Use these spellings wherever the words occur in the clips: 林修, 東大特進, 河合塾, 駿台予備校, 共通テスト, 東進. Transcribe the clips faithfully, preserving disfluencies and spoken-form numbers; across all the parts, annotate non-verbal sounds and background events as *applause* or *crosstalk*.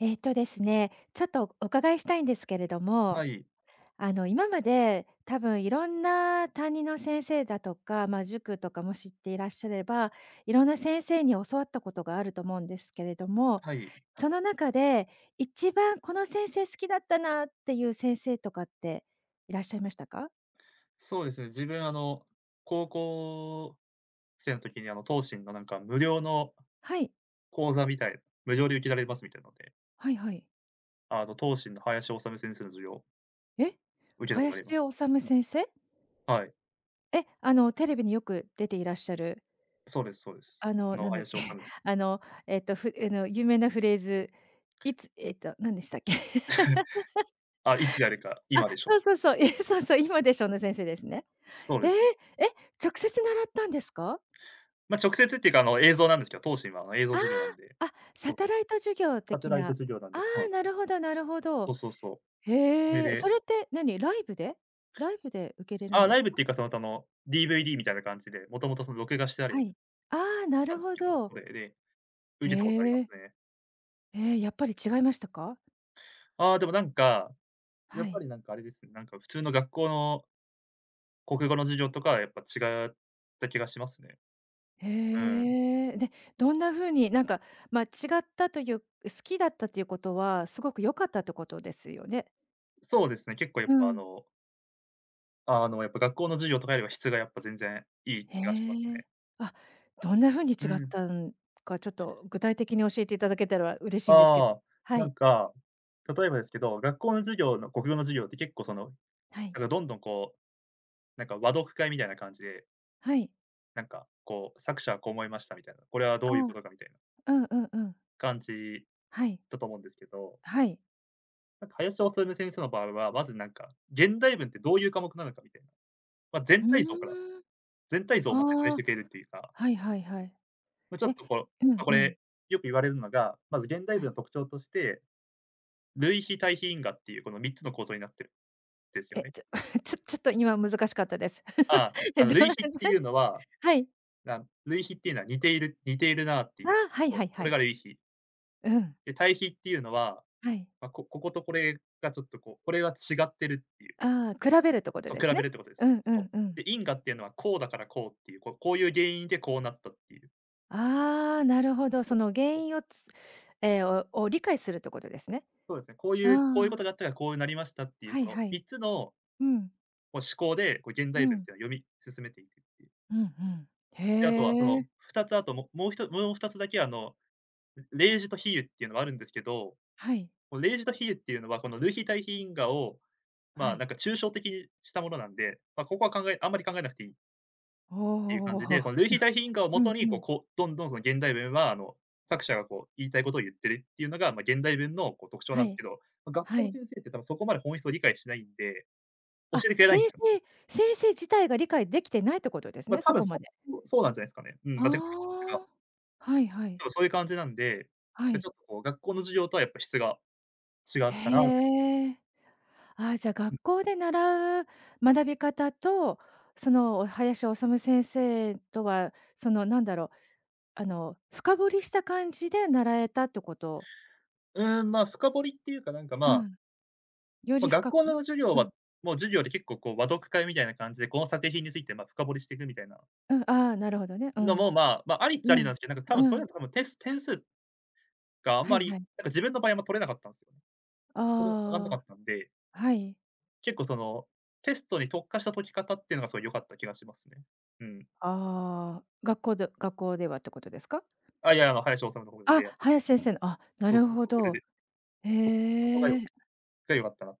えっとですね、ちょっとお伺いしたいんですけれども、はい、あの、今まで多分いろんな担任の先生だとか、まあ、塾とかも知っていらっしゃれば、いろんな先生に教わったことがあると思うんですけれども、はい。その中で一番この先生好きだったなっていう先生とかっていらっしゃいましたか？そうですね、自分あの、高校生の時にあの、東進のなんか無料のはい、講座みたいな無料で受けられますみたいなので、はいはい。あの、東進の林修先生の授業をえ？受けたことあ林りま修す。先生？はい、え、あの、テレビによく出ていらっしゃるそうですそうです。あの、あの、なんだっ林け、修 *laughs* あの、えっと、ふあの、有名なフレーズ、いつえっと、何でしたっけ？*laughs* あ、いつやるか、あ、今でしそょ。うそうそう、え、そうそう、今でしょの先生ですね。そうえです。え、え、直接習ったんですか？まあ、直接っていうかあの、映像なんですけど、東進はあの、映像授業なんで、あ、サそうタそう、ライト授業サテ的ライトな。授業なんあで、はあ、い。なるほどなるほど。そうそうそう。それへえ、そでれって何、ライブで？ライブで受けれるんあ、でラすイブっか？ていうか、その、あの、ディーブイディー みたいな感じで、もともとその録画してあるはやつい。ああ、ななるんですほけど、ど。それで受へけたことありますえ。ね。ええ、やっぱり違いましたか？ああ、でもなんか、やはっぱい。りなんかあれですね、なんか普通の学校の国語の授業とかはやっぱ違った気がしますね。うん。へえ。で、どんな風に、なんか、まあ、違ったという、好きだったということは、すごく良かったってことですよね？そうですね、結構やっうぱあん。の、あの、やっぱ学校の授業とかよりは質がやっぱ全然いいへ気がしますえ。ね。あ、どんな風にう違っん。たんか、ちょっと具体的に教えていただけたら嬉しいんですけど。ああ、はない、んか、例えばですけど、学校の授業の国語の授業って結構その、はい、なんかどんどんこう、なんか和読会みたいな感じで、はい。なんかこう、作者はこう思いましたみたいな、これはどあういうことかみたいなあ、うんうんうん。感じはい、だと思うんですけどはい。なんか林修先生の場合は、まずなんか、現代文ってどういう科目なのかみたいな、まあ、う全体像からーん。全体像をま、説明しああ、てくれるっていうか、はいはいはい。まあ、ちょえ、っとこう、まうんあ、こうん。れ、よく言われるのが、まず現代はい。文の特徴として、類比対比因果っていうこのみっつの構造になってるんですよえ、ね。ちょ *laughs* ちょちょっと今難しかったです。ああ、*laughs* あの類比っどていうのは、はい。な類比っていうのは似ている似ているなっていう、あ、はいこはいこはれい。が類比。うん。で、対比っていうのは、はい。まあ、ここことこれがちょっとこう、これは違ってるっていうああ、比べるってこととで比すべね。るってことですうね。んうんそうん。う。で、因果っていうのはこうだからこうっていう、こうこういう原因でこうなったっていう。ああ、なるほど。そこの原そう、因をつえー、をを理解するってことですね。そうですね。こういうこういうこああ、とがあったからこうなりましたっていう、はいこのはい。みっつのうん。こう思考で、こう現う代文っん。ていうのは読み進めていくっていう。うんうん。で、あとはそへえ。のふたつあと、ももうひともうふたつだけあの、例示と比喩っていうのはあるんですけど、はい。この例示と比喩っていうのはこの類比対比因果を、はまあ、い。なんか抽象的にしたものなんで、まあ、ここは考えあんまり考えなくていい。っていうお感お。じで、このル *laughs* ーヒ・なダヒンガーをうもんとに、うこう、ん。こう、どんどんその現代文は、あの、作者がこう言いたいことを言ってるっていうのが、まあ、現代文のこう特徴はなんですい。けど、ま、学は校のい。先生って多分そこまで本質を理解しないんで、教あ、えてくれな先いんですよ。生先生自体が理解できてないってことですまあ、ね、多そ分こまそで。う、そうなんじゃないですかね。うん、まあ、てか、そうてか、ああ。はいはい。多分そういう感じなんで、はで、い。ちょっとこう学校の授業とはやっぱ質が違ったなって。へえ。ああ、じゃあ、うん。学校で習う学び方と、その林修先生とは、そのなんだろう、あの、深掘りした感じで習えたってこと？うーん、まあ、深掘りっていうか、なんか、うまあ、ん、よまりあ、学深校のく？授業うん、は、もう授業で結構こう和読会みたいな感じで、この作品について、ま、深掘りしていくみたいなうん、ああ、なるほどね。うのん、も、まあ、まあ、ありっちゃあうりなんん、ですけど、なんか多分うそういん、うの多分点数点数があんはまいはり、い。なんか自分の場合はあんま取れなかったんですよね。あそれが上がんなかあ、ったんで、はい。結構その、テストに特化した解き方っていうのがすごい良かった気がしますね。うん。ああ、学校で学校ではってことですか？あ、いや、あの、林修の方あ、で、林先生の、あ、なそうるそうほそう、それど。で、そこがへよえ。が良かったなっ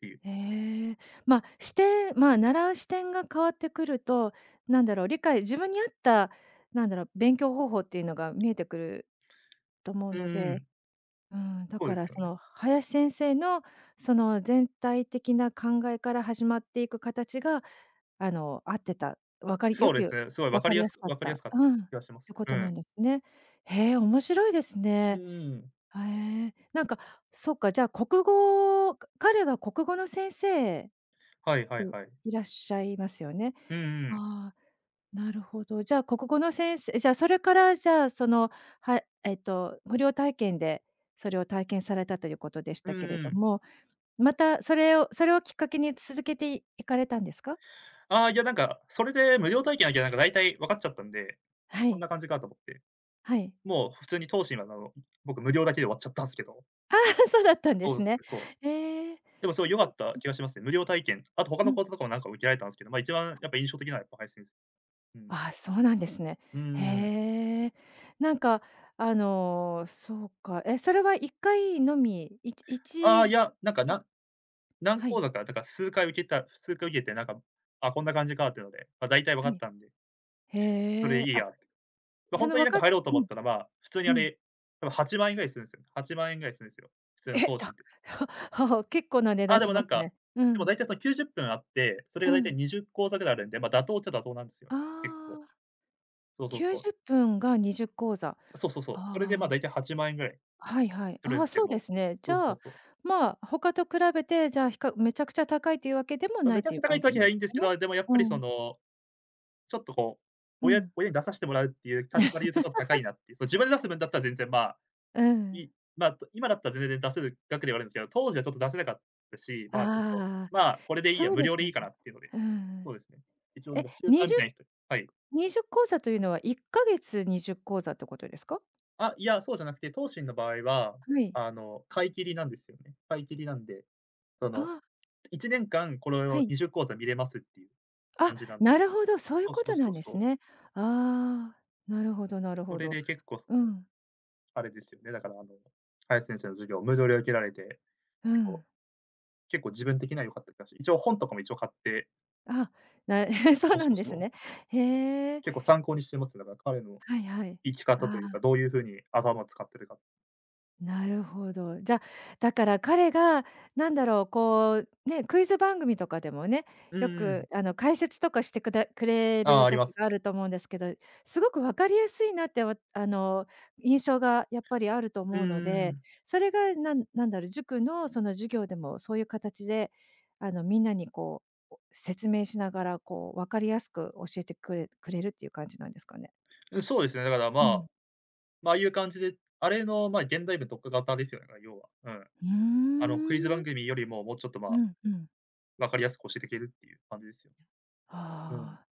ていう。ええ、ま、視点まあ、習う視点が変わってくると、なんだろう、理解自分に合った、なんだろう、勉強方法っていうのが見えてくると思ううのんうで、ん、うん、だそうかですらよそね。の林先生の、その全体的な考えから始まっていく形が、あの、合ってた、わかりよそうですくね、すごい分分かかりりややすすくかっわかりやた、すかったうん、っ気がしまてす。こうとなん。んですね。へえ、面白いですうんね。うん。へえ、なんか、そうか、じゃあ国語彼は国語の先生はいはいてはい。いらっしゃいますよね。うんうん。ああ、なるほど。じゃあ、国語の先生じゃあ、それからじゃあ、その、はえっと、無料体験でそれを体験されたということでしうんたけれうどん。も、またそれをそれをきっかけに続けていかれたんですか？ああ、いや、なんか、それで無料体験だけど、なんか大体分かっちゃったんで、*laughs* はこんい、な感じかと思って。はい。もう普通に東進はあの、僕無料だけで終わっちゃったんすけど。*laughs* そうだったんでそうすですね。ね、そう。ええ、でもすごい良かった気がしますね。無料体験、あと他うのん、講座とかもなんか受けられたんすけど、ま、一番やっぱ印象的なのはやっぱ配信です。うん。ああ、そうなんですね。うーん。へえ。なんか、あの、そうか。え、それはいっかいのみ、一あ一あ、いや、なんか、ないん何はい、講座か、だから数回受けた数回受けて、なんか、あ、こんな感じかっていうので、ま、大体分はかっい。たんで、それへでえ、いいあ、やって。ま、そほんのとにわなんかか入ろうとう思っん、たら、まあ、普通にうあん。れ、多分はちまん円ぐらいするんすよ。はちまん円ぐらいするんすよ。普 *laughs* 通のえ、東進。た *laughs* 結構な値段あ、でしもまなんすか、ね。うでもん。大体そのきゅうじゅっぷんあって、それうが大体ん。にじゅう講座ぐらいあるんで、ま、妥当っちゃ妥当なんですよ、あ結構。あ、そうそうそう。きゅうじゅっぷんがにじゅう講座。そうそうあそう。それでま、あ、大体はちまん円ぐらいはいはい。するあんあ、すけそうでど、すね。じそうゃそうあ、そう。まあ、他と比べて、じゃあ、ひかめちゃくちゃ高いというわけでもま、なめいちゃとくいちうゃ高いっ感てじわけじなゃんなでいすんでかすけね。ど、でもやっぱりうそん、の、ちょっとこう、う親ん、親に出さしてもらうっていう立場で言うとちょっと高いなっていう、その自分で出す分だったら全然まあ、うん。いま、今だったら全然出せる額ではあるんですけど、当時はちょっと出せなかったし、まあ、ちょっと、ああ、まあ、これでいいや、そう無で料すでよいいね。かなっていうので、うそん。うですね。一応なんえ、かチューターみたいな人はい。にせんにじゅう講座というのはいっかげつにじゅう講座ってことですか？あ、いや、そうじゃなくて、東進の場合は、はい。あの、買い切りなんですよね。買い切りなんで、その、ああ、いちねんかんこれはをい。にじゅう講座見れますっていうあ、感じなんで。なるほど、そういうそうこそうとなそんうでそすう。ね。ああ、なるほどなるそほれど。で結構そうの、ん、あれですよね、だからあの、林先生の授業、無料で受けられて、う結構ん。結構自分的には良かった気がし一応本とかも一応買って、あ、な *laughs* そそううなそんうでそすう。ね。へえ、結構参考にしてますね。だから彼のはいはい。生き方あというか、あ。どういう風に頭を使ってるか。なるほど。じゃあ、だから彼がなんだろう、こう、ね、クイズ番組とかでもね、うよんうん。くあの解説とかしてくだくれああ、るありま時すがね。あると思うんですけど、すごく分かりやすいなって、わあの、印象がやっぱりあるとう思うのーで、ん。それがなんなんだろう、塾のその授業でもそういう形で、あの、みんなにこう、説明しながら、こう分かりやすく教えてくれくれるっていう感じなんですかね？うん、そうですね、だからまうん。あまあ、ああいう感じで、あれの、まあ、現代文特化型ですよね、要は。うん。うーあの、クイズ番ん。組よりも、もうちょっと、まうあ、んうん。分かりやすく教えていけるっていう感じですよね。うん。でああ、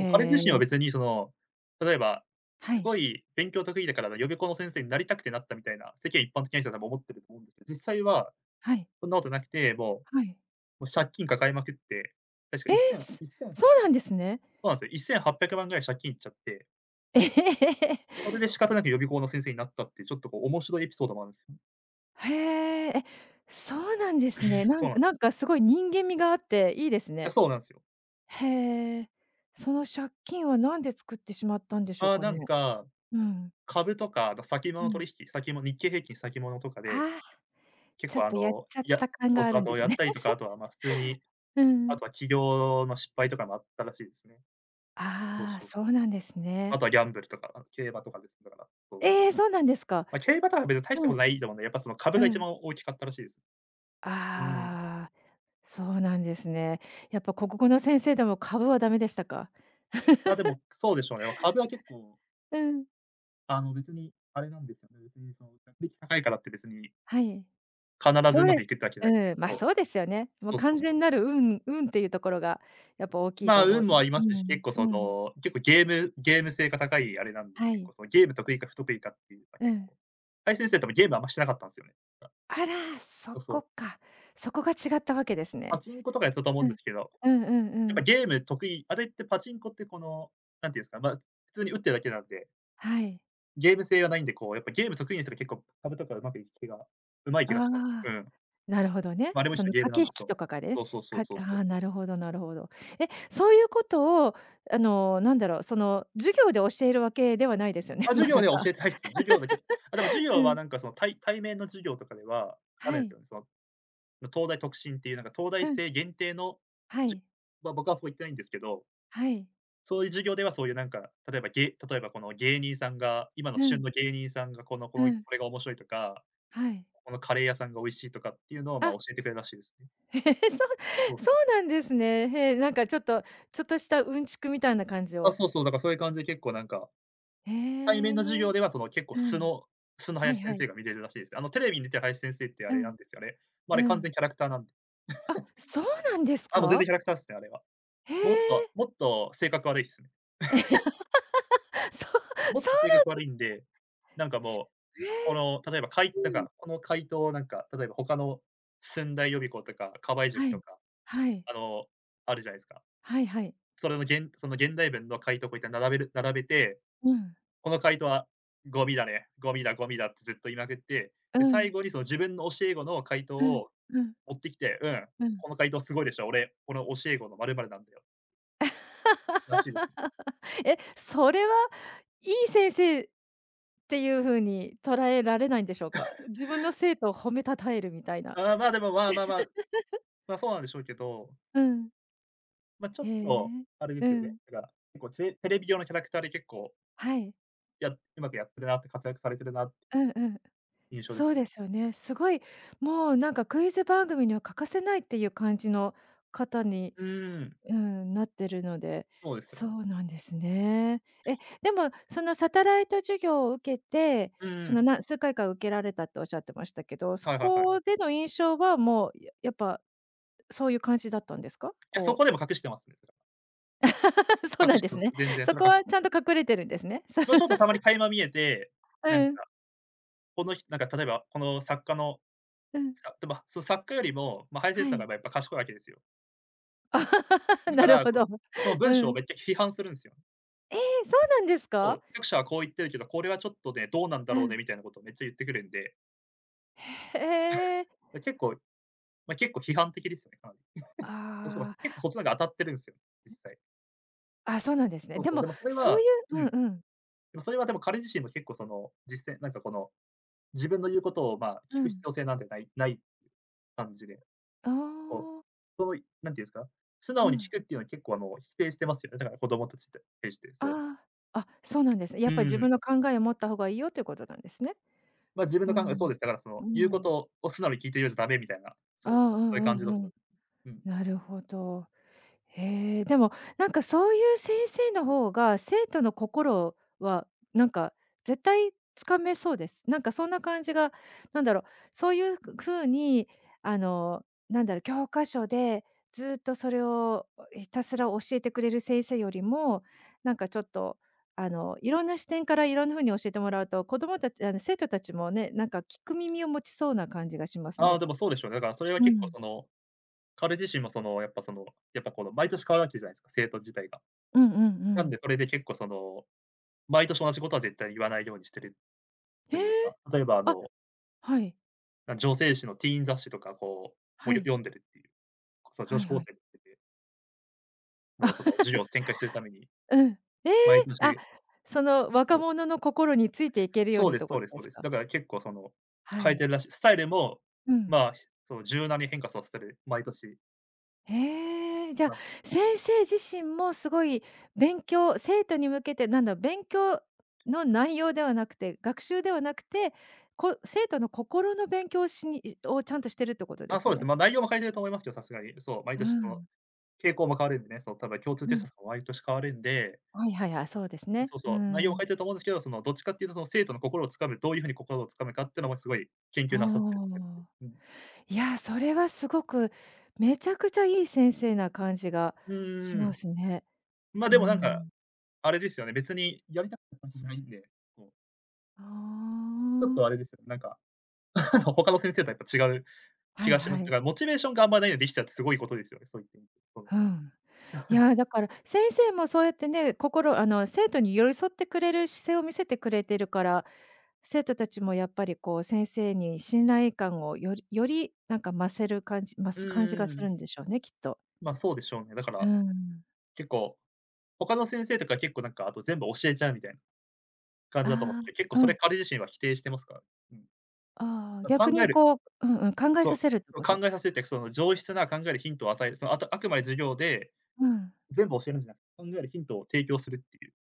も彼自身はえ。別にその、例えば、はすい。ごい勉強得意だから予備校の先生になりたくてなったみたいな、世間一般的な人は多分思ってると思うんですけど、実際ははい、そんなことなくて、もはい。うもう借金抱えまくって、確かえせん、せんーそすそうなんでうすね。なんですよ、せんはっぴゃくまんぐらい借金いっちゃって、えへへえ、それで仕方なく予備校の先生になったっていう、ちょっとこう面白いエピソードもあるんですよね へーえ、そうなんですね。*laughs* なそんうなかんでなんす。かすごい人間味があっていいですいや、ね。そうなんですよ。へえ。その借金はなんで作ってしまったんでしょうああ、かなね？んかうん、株とか、あと先う物ん。取引、先物日経平均先物とかで、ああ、結ちょ構っあとやっの、ちゃっいやた感そうがあそう、るあんでとすやっね。たりと *laughs* か、あとはまあ普通に、うあん。とは企業の失敗とかもあったらしいですね。そうああ、そうそそう。うなんですね。あとはギャンブルとか、あの競馬とかですね。だから、そう。ええ、そうなんですか。まあ、競馬とかは別に大したうことん、ないと思うんで、やっぱその株うが一ん。番大きかったらしいです。うん。ああ。そうなんですね。やっぱ国語の先生でも株はダメでしたか？ま、でも、そうでしょうね。まあ、株は結構、うん。あの別に、あれなんですよね、別にその、学歴高いからって別に、はい。必ずそううまでくすいくってわけじゃないんで、うん、まあ、そう。そうですよね。もうそうそう完そ全う。なる運運っていうところがやっぱ大きいまとあ、思う。運もありうますし、結ん、構うそん。の、結構ゲームゲーム性が高いあれなんで、は結い。構そのゲーム得意か不得意かっていうのはう結ん。構。林先生多分ゲームあんましてなかったんですよね。あら、そそうそこう。か。そこが違ったわけですパね。チンコとかやってたと思ううんでん。すけど、やっうんうんうぱん。ゲーム得意あれってパチンコってこの、なんていうんですか、まあ、普通に打ってるだけなんで、はい。ゲーム性がないんで、こうやっぱゲーム得意な人が結構株とかうまくいく気がうまい気がします。ああ。うん。なるほどね。まあ、あれもそ一種ののゲー駆ムけなん引で、きそう。とかがね、そうそうそうかそうそあう。あ、なるほどなるほど。え、そういうことを、あの、なんだろう、その、授業で教えるわけではないですよあ、ね、*laughs* 授ま業さではか。教えてないですね。授業だけ。あ、でも授う業はん。なんかその対対面の授業とかではあはるんですい。よね。その、ま東大特進っていうなんか東大うん。生限定の、はじい。まあ、僕はそこ行ってないんですけど、はい。そういう授業ではそういうなんか、例えばげ例えばこの芸人さんが、今のう旬ん。の芸人さんがこのこうのん。これが面白いとか、はい。このカレー屋さんが美味しいとかっていうのを、ま、あ、教えてくれるらしいですね。*laughs* へえ、そそうう、そそううそう。なんですね。へえ、なんかちょっと、ちょっとしたうんちくみたいな感じあ、を。そうそう、だからそういう感じで結構なんか、へ対面の授え。業ではその結構う素ん。の素のはい林は先い。生が見れるらしいですね。あのテレビに出てる林先生ってあうれなん。んですよね。まあ、あうれ完ん。全キャラクターなんで。あ、そうなんですあ、もう全か？然キャラクターですね、あれは。へもっとえ。もっと性格悪いっすね。*laughs* そうもっそうと性格な悪いんで、なんかもう、んへこえ。の例えば、かいなんうん。か、この回答をなんか、例えば他の駿台予備校とか、河合塾はい。とか、はい。あの、あるじゃないですか。はいはい。それのげんその現代文の回答をこうやって並べる並べて、うん。この回答はゴミだね、ゴミだゴミだってずっと言いまくって、うで、最ん。後にその自分の教え子の回答うん。をうん。持ってきて、うん、うん。この回答すごいでしょ、俺、この教え子の〇〇なんだよ、らしいですね。*laughs* え、それはいい先生っていう風に捉えられないんでしょうか？自分の生徒を褒め称えるみたいな。ああ、まあ、でも、まあまあまあ、まあ、そうなんでしょうけど、うん。まあ、ちょへっと、え。あれでうすよね、ん。だから、結構テレテレビ用のキャラクターで結構、はい。やうまくやってるなって、活躍されてるなってうんうん。印象でそうすね。ですよね。すごい、もうなんかクイズ番組には欠かせないっていう感じの方にうーん。うん、なってるので、そうですよそね。うなんですね。え、でもそのサタライト授業を受けて、うんうその、ん。な数回か受けられたっておっしゃってましたけど、そはいはいはい。こいでの印象はもう、ややっぱそういう感じだったんですか？や、そここう でも隠してますね。だか *laughs* そうらなん隠しでてすます。ね。全然そそれこは隠はしちゃんと隠れてるんですね。そう まあ、*laughs*。ちょっとたまに垣間見えて、なんうん、か、この人なんか例えば、この作家の、うん、さで、ま、その作家よりも、まあ、ハイセンはスさんが、い。まやっぱ賢いわけですよ。*laughs* だかなるら、ほこど。う、その *laughs* う文章をん。めっちゃ批判するんですよ。えーそうなんですそか？う、作者はこう言ってるけど、これはちょっとね、どうなんだうろうん。ねみたいなことをめっちゃ言ってくるんで、へえ。結構まあ、結構批判的ですよね、かなり。あ、しかもあ結構そっちの方が当たってるんですよ、実際。あ、あ、そうなんですね。そうでそう、も、でもそれそういはうううん。でんうん。もそれはでも彼自身も結構その、実践なんかこの、自分の言うことを、まあ、う聞くん。必要性なんてないない感じで、あこう、あ。その、なんていうんですか、素う直にん。聞くっていうのは結構あの、否定してますよね、だから子供たちって対して、そう。ああ、あ、そうなんですね。やっうぱり自ん。分の考えを持った方がいいよということなんですね。まあ、自分うの考えそうん。です。だからそうの、言うこん。とを素直に聞いてるようじゃダメみたいな、あそあ、う、うそうんいうう感じだとんう思いん。ます。うん。なるほど。へえ、でも、なんかそういう先生の方が、生徒の心はなんか絶対つかめそうです。なんかそんな感じが、なんだろう、そういう風にあの、なんだろう、教科書でずっとそれをひたすら教えてくれる先生よりも、なんかちょっとあの、いろんな視点からいろんな風に教えてもらうと、子供たちあの、生徒たちもね、なんか聞く耳を持ちそうな感じがしますあね。あ、でもそうでしょうね。だからそれはう結構ん。その彼自身もその、やっぱその、やっぱこの毎年変わるわけじゃないですか、生徒自体が。うんうんうなんん。で、それで結構その、毎年同じことは絶対言わないようにしてるとへいうか、え。例えばああ、の、はい、な女性誌のティーン雑誌とかこう、はも、よい。読んでるっていう、その女はい子高はい。生のその授業を展開するために、うん。ええ！毎あ、年その若そう、者の心についていけるようそうにっでてすこそうとですでそうすです。か？だから結構その、は変えい。てるらしい。スタイルも、うん。まあ、その柔軟に変化させてる、毎年。へえ、じゃ、ま先生自身もすごい勉強生徒に向けてなんだ、勉強の内容ではなくて、学習ではなくて、こ生徒の心の勉強をしにいをちゃんとしてるってことであ、あ、すそうですね。ね、ま、内容も変えてると思いますけど、さすがに。そう、毎う年そのん、傾向も変わるんでね、その多分共通うテん。ストとかも毎年変わるんで、はいはい、い、そうですね。そううそう、内容もん。書いてると思うんですけど、そのどっちかっていうとその生徒の心を掴む、どういう風に心を掴むかっていうのもすごい研究なさってると思いますよ。ああ。うん。いや、それはすごく、めちゃくちゃいい先生な感じがうんうしんうまん。すね。ま、うでもなんか、ん。あれですよね、別にやりたかったわけじゃないんで、こう、あちょっとあれですよね、なんか、*laughs* あの、他の先生とはやっぱ違うあ、は気いがしはます。い。だからモチベーションがあんまないのでできちゃうってすごいことですよね、そういった意味で。その、うん。いや、だから先生もそうやってね、心あの、生徒に寄り添ってくれる姿勢を見せてくれてるから、生徒たちもやっぱりこう先生に信頼感をよりよりなんか増せる感じ増うすん感じがうすんるん。んでしょうね、きっと。ま、そうでしょうね。だかうら、ん。結構、他の先生とか結構なんか、あと全部教えちゃうみたいな。感じだと思うんあすけど結構あ、そうれん。彼自身は否定してますから。うん。ああ、だ逆考えにるこううんうん、考えそさう、せるってこそと。の考えさせて、その上質な考えるヒントを与える、そのあたあくまで授業でうん。全部教えるんじゃなく、考えるヒントを提供するっていう、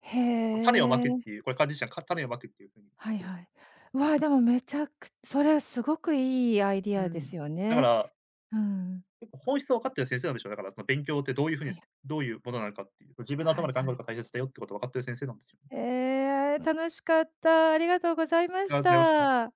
へその種をまくってえ。いう、これ彼自身はか種をまくっていう風に、はいうん。はい。わあ、でもめちゃくそれはすごくいいアイディうアでん。すよだかね。ら、うん。結構本質を分かってる先生なんでしょうね。だからその勉強ってどういう風はにいはすい。どういうものなのかっていう、自分のは頭いで考えるこはとい。が大切だよってことを分かってる先生なんですよね。ええ、楽しかった。ありがとうございまありしがとうございました。た。